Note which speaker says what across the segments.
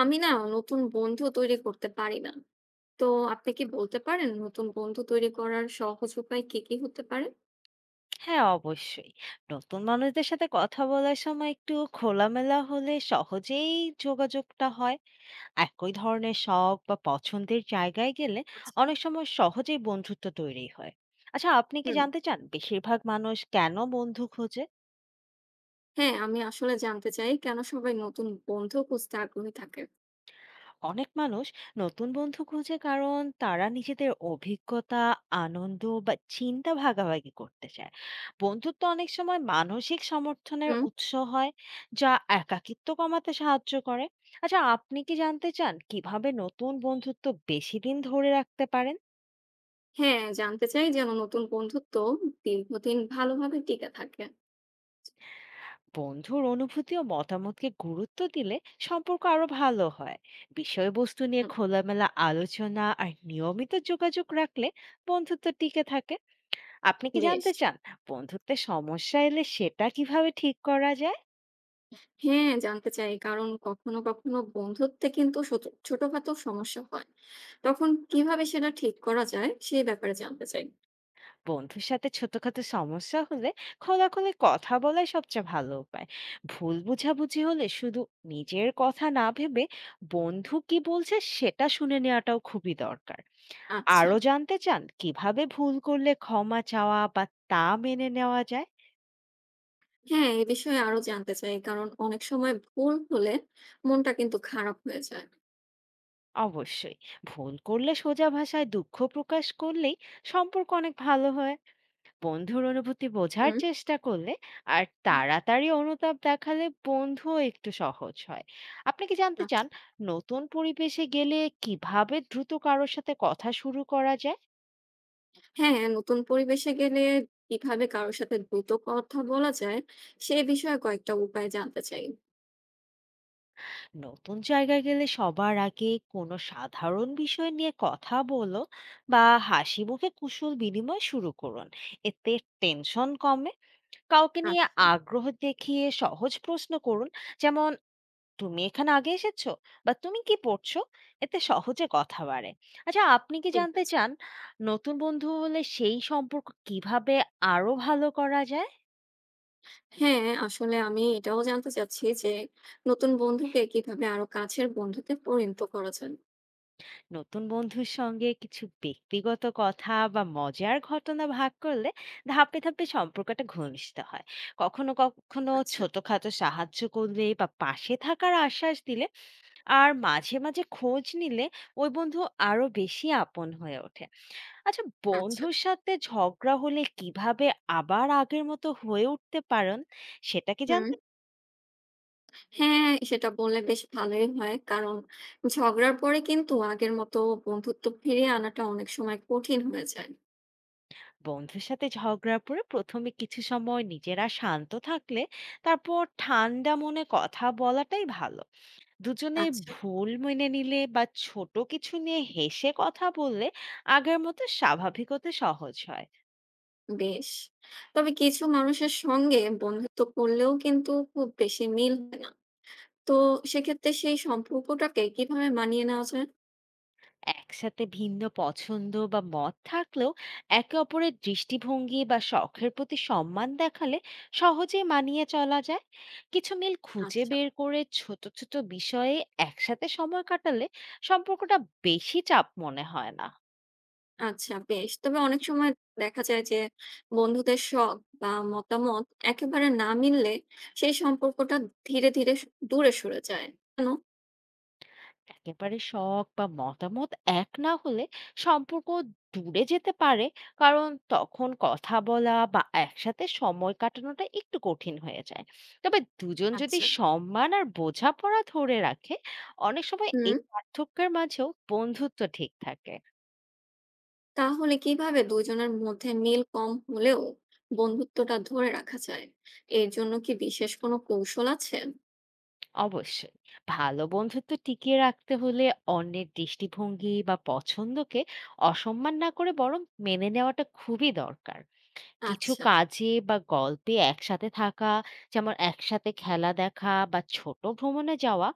Speaker 1: আমি নতুন বন্ধু তৈরি করতে পারি না। তো আপনি কি বলতে পারেন নতুন বন্ধু তৈরি করার সহজ উপায় কি হতে পারে?
Speaker 2: হ্যাঁ, অবশ্যই। নতুন মানুষদের সাথে কথা বলার সময় একটু খোলামেলা হলে সহজেই যোগাযোগটা হয়। একই ধরনের শখ বা পছন্দের জায়গায় গেলে
Speaker 1: আচ্ছা।
Speaker 2: অনেক সময় সহজেই বন্ধুত্ব তৈরি হয়। আচ্ছা, আপনি কি
Speaker 1: হুম।
Speaker 2: জানতে চান বেশিরভাগ মানুষ কেন বন্ধু খোঁজে?
Speaker 1: হ্যাঁ, আমি আসলে জানতে চাই কেন সবাই নতুন বন্ধু খুঁজতে আগ্রহী থাকে?
Speaker 2: অনেক মানুষ নতুন বন্ধু খুঁজে কারণ তারা নিজেদের অভিজ্ঞতা আনন্দ বা চিন্তা ভাগাভাগি করতে চায়। বন্ধুত্ব অনেক সময় মানসিক সমর্থনের
Speaker 1: হুম।
Speaker 2: উৎস হয়, যা একাকিত্ব কমাতে সাহায্য করে। আচ্ছা, আপনি কি জানতে চান কিভাবে নতুন বন্ধুত্ব বেশি দিন ধরে রাখতে পারেন?
Speaker 1: হ্যাঁ, জানতে চাই যেন নতুন বন্ধুত্ব দীর্ঘদিন ভালোভাবে টিকে থাকে।
Speaker 2: বন্ধুর অনুভূতি ও মতামতকে গুরুত্ব দিলে সম্পর্ক আরো ভালো হয়। বিষয়বস্তু নিয়ে
Speaker 1: হুম।
Speaker 2: খোলামেলা আলোচনা আর নিয়মিত যোগাযোগ রাখলে বন্ধুত্ব টিকে থাকে। আপনি কি
Speaker 1: বেশ।
Speaker 2: জানতে চান বন্ধুত্বের সমস্যা এলে সেটা কিভাবে ঠিক করা যায়?
Speaker 1: হ্যাঁ, জানতে চাই কারণ কখনো, কখনো বন্ধুত্বে কিন্তু ছোটখাটো সমস্যা হয়। তখন কিভাবে সেটা ঠিক করা যায় সেই ব্যাপারে জানতে চাই।
Speaker 2: বন্ধুর সাথে ছোটখাটো সমস্যা হলে খোলাখুলি কথা বলাই সবচেয়ে ভালো উপায়। ভুল বোঝাবুঝি হলে শুধু নিজের কথা না ভেবে বন্ধু কি বলছে সেটা শুনে নেওয়াটাও খুবই দরকার।
Speaker 1: আচ্ছা।
Speaker 2: আরো জানতে চান কিভাবে ভুল করলে ক্ষমা চাওয়া বা তা মেনে নেওয়া যায়?
Speaker 1: হ্যাঁ, এ বিষয়ে আরো জানতে চাই। কারণ অনেক সময় ভুল হলে মনটা কিন্তু খারাপ হয়ে যায়।
Speaker 2: অবশ্যই, ভুল করলে সোজা ভাষায় দুঃখ প্রকাশ করলেই সম্পর্ক অনেক ভালো হয়। বন্ধুর অনুভূতি বোঝার
Speaker 1: হুম।
Speaker 2: চেষ্টা করলে আর
Speaker 1: হুম।
Speaker 2: তাড়াতাড়ি অনুতাপ দেখালে বন্ধুও একটু সহজ হয়। আপনি কি জানতে
Speaker 1: আচ্ছা।
Speaker 2: চান নতুন পরিবেশে গেলে কিভাবে দ্রুত কারোর সাথে কথা শুরু করা যায়?
Speaker 1: হ্যাঁ, নতুন পরিবেশে গেলে কিভাবে কারো সাথে দ্রুত কথা বলা যায়, সে বিষয়ে কয়েকটা উপায় জানতে চাই।
Speaker 2: নতুন জায়গায় গেলে সবার আগে কোনো সাধারণ বিষয় নিয়ে কথা বলো বা হাসি মুখে কুশল বিনিময় শুরু করুন। এতে টেনশন কমে। কাউকে নিয়ে
Speaker 1: আচ্ছা,
Speaker 2: আগ্রহ দেখিয়ে সহজ প্রশ্ন করুন, যেমন, তুমি এখানে আগে এসেছো বা তুমি কি পড়ছো। এতে সহজে কথা বাড়ে। আচ্ছা, আপনি কি
Speaker 1: ঠিক
Speaker 2: জানতে
Speaker 1: আছে।
Speaker 2: চান নতুন বন্ধু হলে সেই সম্পর্ক কিভাবে আরো ভালো করা যায়?
Speaker 1: হ্যাঁ, আসলে আমি এটাও জানতে চাচ্ছি যে নতুন বন্ধুকে কিভাবে আরো কাছের বন্ধুতে পরিণত করা যায়?
Speaker 2: নতুন বন্ধুর সঙ্গে কিছু ব্যক্তিগত কথা বা মজার ঘটনা ভাগ করলে ধাপে ধাপে সম্পর্কটা ঘনিষ্ঠ হয়। কখনো কখনো
Speaker 1: আচ্ছা,
Speaker 2: ছোটখাটো সাহায্য করলে বা পাশে থাকার আশ্বাস দিলে আর মাঝে মাঝে খোঁজ নিলে ওই বন্ধু আরো বেশি আপন হয়ে ওঠে। আচ্ছা,
Speaker 1: আচ্ছা।
Speaker 2: বন্ধুর সাথে ঝগড়া হলে কিভাবে আবার আগের মতো হয়ে উঠতে পারেন সেটা কি
Speaker 1: হুম।
Speaker 2: জানতে?
Speaker 1: হ্যাঁ, সেটা বললে বেশ ভালোই হয়। কারণ ঝগড়ার পরে কিন্তু আগের মতো বন্ধুত্ব ফিরিয়ে আনাটা অনেক সময় কঠিন হয়ে যায়।
Speaker 2: বন্ধুর সাথে ঝগড়ার পরে প্রথমে কিছু সময় নিজেরা শান্ত থাকলে তারপর ঠান্ডা মনে কথা বলাটাই ভালো। দুজনে
Speaker 1: আচ্ছা,
Speaker 2: ভুল মেনে নিলে বা ছোট কিছু নিয়ে হেসে কথা বললে আগের মতো স্বাভাবিক হতে সহজ হয়।
Speaker 1: বেশ। তবে কিছু মানুষের সঙ্গে বন্ধুত্ব করলেও কিন্তু খুব বেশি মিল হয় না। তো সেক্ষেত্রে সেই সম্পর্কটাকে কিভাবে মানিয়ে নেওয়া যায়?
Speaker 2: একসাথে ভিন্ন পছন্দ বা মত থাকলেও একে অপরের দৃষ্টিভঙ্গি বা শখের প্রতি সম্মান দেখালে সহজে মানিয়ে চলা যায়। কিছু মিল খুঁজে
Speaker 1: আচ্ছা,
Speaker 2: বের করে ছোট ছোট বিষয়ে একসাথে সময় কাটালে সম্পর্কটা বেশি চাপ মনে হয় না।
Speaker 1: আচ্ছা বেশ। তবে অনেক সময় দেখা যায় যে বন্ধুদের শখ বা মতামত একেবারে না মিললে সেই সম্পর্কটা ধীরে, ধীরে দূরে সরে যায়। কেন?
Speaker 2: একেবারে শখ বা মতামত এক না হলে সম্পর্ক দূরে যেতে পারে, কারণ তখন কথা বলা বা একসাথে সময় কাটানোটা একটু কঠিন হয়ে যায়। তবে দুজন যদি
Speaker 1: আচ্ছা।
Speaker 2: সম্মান আর বোঝাপড়া ধরে রাখে, অনেক সময়
Speaker 1: হুম।
Speaker 2: এই পার্থক্যের মাঝেও বন্ধুত্ব ঠিক থাকে।
Speaker 1: তাহলে কিভাবে দুইজনের মধ্যে মিল কম হলেও বন্ধুত্বটা ধরে রাখা যায়, এর জন্য কি বিশেষ কোনো কৌশল আছে?
Speaker 2: অবশ্যই, ভালো বন্ধুত্ব টিকিয়ে রাখতে হলে অন্যের দৃষ্টিভঙ্গি বা পছন্দকে অসম্মান না করে বরং মেনে নেওয়াটা খুবই দরকার। কিছু
Speaker 1: আচ্ছা।
Speaker 2: কাজে বা গল্পে একসাথে থাকা, যেমন একসাথে খেলা দেখা বা ছোট ভ্রমণে যাওয়া,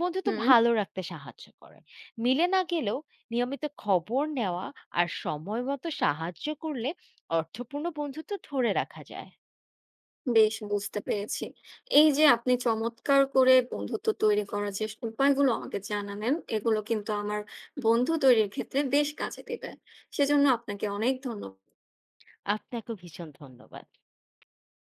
Speaker 2: বন্ধুত্ব
Speaker 1: হুম।
Speaker 2: ভালো রাখতে সাহায্য করে। মিলে না গেলেও নিয়মিত খবর নেওয়া আর সময় মতো সাহায্য করলে অর্থপূর্ণ বন্ধুত্ব ধরে রাখা যায়।
Speaker 1: বেশ, বুঝতে পেরেছি। এই যে আপনি চমৎকার করে বন্ধুত্ব তৈরি করার যে উপায়গুলো আমাকে জানালেন, এগুলো কিন্তু আমার বন্ধু তৈরির ক্ষেত্রে বেশ কাজে দেবে। সেজন্য আপনাকে অনেক ধন্যবাদ।
Speaker 2: আপনাকেও ভীষণ ধন্যবাদ।